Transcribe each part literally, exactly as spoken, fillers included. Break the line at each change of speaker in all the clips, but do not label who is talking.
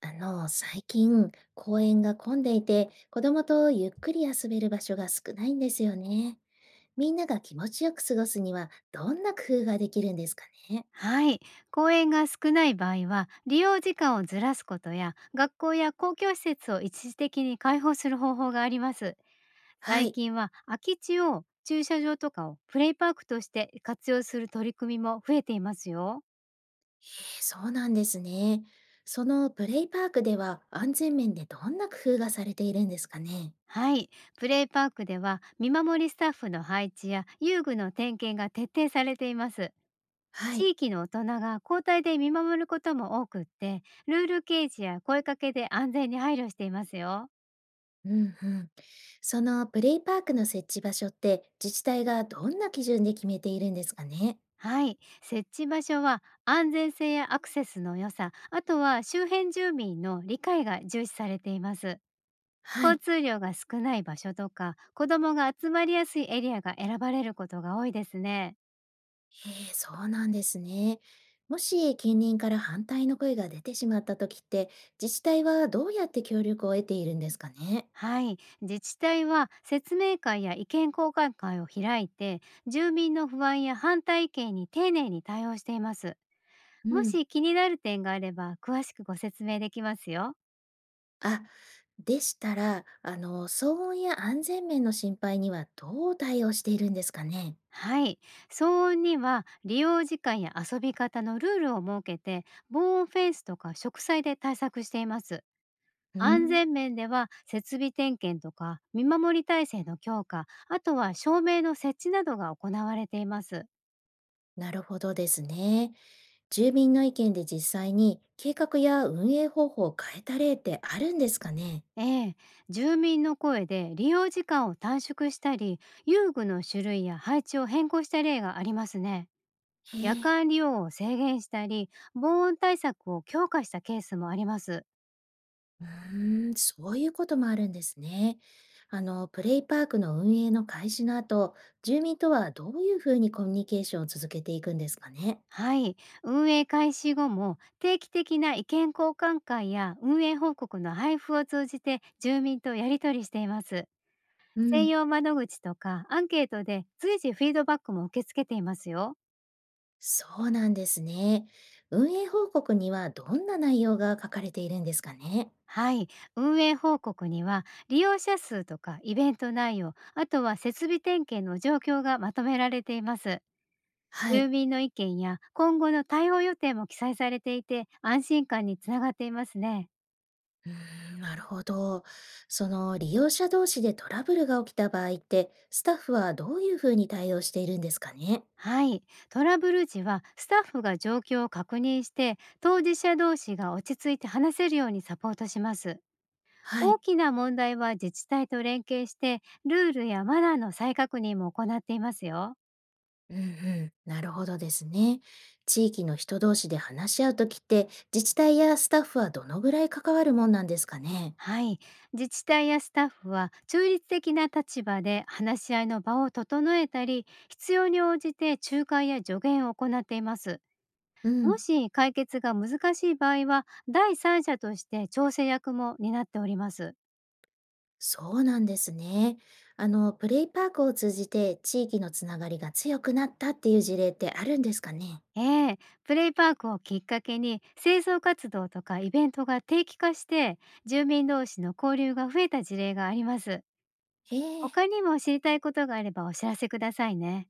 あの、最近公園が混んでいて、子供とゆっくり遊べる場所が少ないんですよね。みんなが気持ちよく過ごすには、どんな工夫ができるんですかね。
はい。公園が少ない場合は、利用時間をずらすことや、学校や公共施設を一時的に開放する方法があります。
は
最
い。
近は空き地を駐車場とかをプレイパークとして活用する取り組みも増えていますよ。
へえ、そうなんですね。そのプレイパークでは安全面でどんな工夫がされているんですかね。
はい。プレイパークでは、見守りスタッフの配置や遊具の点検が徹底されています。
はい。
地域の大人が交代で見守ることも多くって、ルール掲示や声かけで安全に配慮していますよ。
うんうん。そのプレイパークの設置場所って自治体がどんな基準で決めているんですかね。
はい、設置場所は安全性やアクセスの良さ、あとは周辺住民の理解が重視されています。
は
交
い。
通量が少ない場所とか、子どもが集まりやすいエリアが選ばれることが多いですね。
ええ、そうなんですね。もし近隣から反対の声が出てしまった時って、自治体はどうやって協力を得ているんですかね。
はい、自治体は説明会や意見交換会を開いて、住民の不安や反対意見に丁寧に対応しています。
う
も
ん。
し気になる点があれば、詳しくご説明できますよ。
あ、でしたら、あの、騒音や安全面の心配にはどう対応しているんですかね。
はい。騒音には利用時間や遊び方のルールを設けて、防音フェンスとか植栽で対策しています。
う
安
ん、
全面では設備点検とか見守り体制の強化、あとは照明の設置などが行われています。
なるほどですね。住民の意見で実際に計画や運営方法を変えた例ってあるんですかね。
ええ、住民の声で利用時間を短縮したり、遊具の種類や配置を変更した例がありますね。
へ
夜
え。
間利用を制限したり、防音対策を強化したケースもあります。
うーん、そういうこともあるんですね。あの、プレイパークの運営の開始の後、住民とはどういうふうにコミュニケーションを続けていくんですかね。
はい。運営開始後も定期的な意見交換会や運営報告の配布を通じて住民とやり取りしています。
う
専
ん、
用窓口とかアンケートで随時フィードバックも受け付けていますよ。
そうなんですね。運営報告にはどんな内容が書かれているんですかね。
はい。運営報告には利用者数とかイベント内容、あとは設備点検の状況がまとめられています。
は
住
い。
民の意見や今後の対応予定も記載されていて、安心感につながっていますね。
うーん、なるほど。その利用者同士でトラブルが起きた場合って、スタッフはどういうふうに対応しているんですかね。
はい。トラブル時はスタッフが状況を確認して、当事者同士が落ち着いて話せるようにサポートします。
は
大
い。
きな問題は自治体と連携して、ルールやマナーの再確認も行っていますよ。
うんうん、なるほどですね。地域の人同士で話し合うときって、自治体やスタッフはどのぐらい関わるもんなんですかね。
はい。自治体やスタッフは中立的な立場で話し合いの場を整えたり、必要に応じて仲介や助言を行っています。
う
も
ん、
し解決が難しい場合は、第三者として調整役も担っております。
そうなんですね。あの、プレイパークを通じて地域のつながりが強くなったっていう事例ってあるんですかね。
ええ、プレイパークをきっかけに清掃活動とかイベントが定期化して、住民同士の交流が増えた事例があります。
へえ。
他にも知りたいことがあればお知らせくださいね。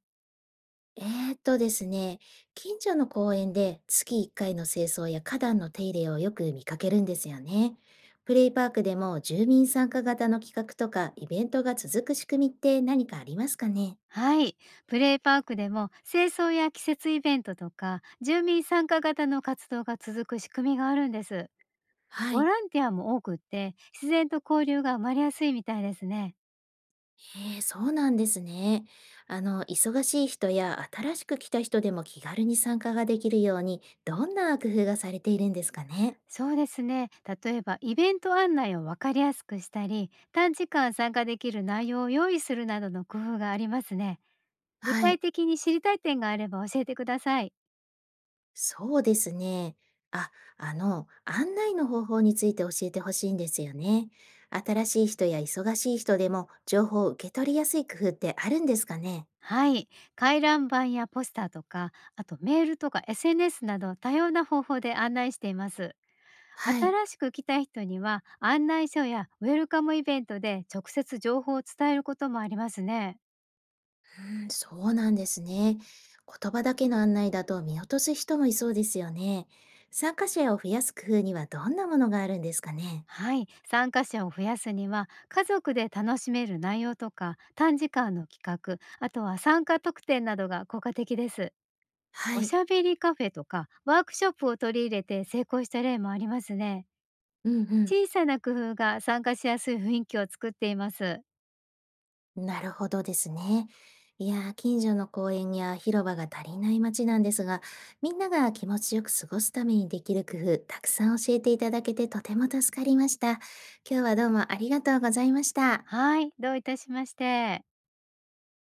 えーっとですね、近所の公園で月いっかいの清掃や花壇の手入れをよく見かけるんですよね。プレイパークでも住民参加型の企画とかイベントが続く仕組みって何かありますかね？
はい。プレイパークでも清掃や季節イベントとか、住民参加型の活動が続く仕組みがあるんです。
は
ボ
い。
ランティアも多くって、自然と交流が生まれやすいみたいですね。
えー、そうなんですね。あの、忙しい人や新しく来た人でも気軽に参加ができるように、どんな工夫がされているんですかね？
そうですね。例えばイベント案内を分かりやすくしたり、短時間参加できる内容を用意するなどの工夫がありますね。具
は
体
い。
的に知りたい点があれば教えてください。
そうですね。あ、あの、案内の方法について教えてほしいんですよね。新しい人や忙しい人でも情報を受け取りやすい工夫ってあるんですかね？
はい。回覧板やポスターとか、あとメールとか エスエヌエス など多様な方法で案内しています。
はい。
新しく来た人には案内書やウェルカムイベントで直接情報を伝えることもありますね。
うん、そうなんですね。言葉だけの案内だと見落とす人もいそうですよね。参加者を増やす工夫にはどんなものがあるんですかね？
はい、参加者を増やすには家族で楽しめる内容とか短時間の企画、あとは参加特典などが効果的です。
は
おし
い。
ゃべりカフェとかワークショップを取り入れて成功した例もありますね。
うんうん。
小さな工夫が参加しやすい雰囲気を作っています。
なるほどですね。いやー、近所の公園や広場が足りない街なんですが、みんなが気持ちよく過ごすためにできる工夫、たくさん教えていただけてとても助かりました。今日はどうもありがとうございました。
はい、どういたしまして。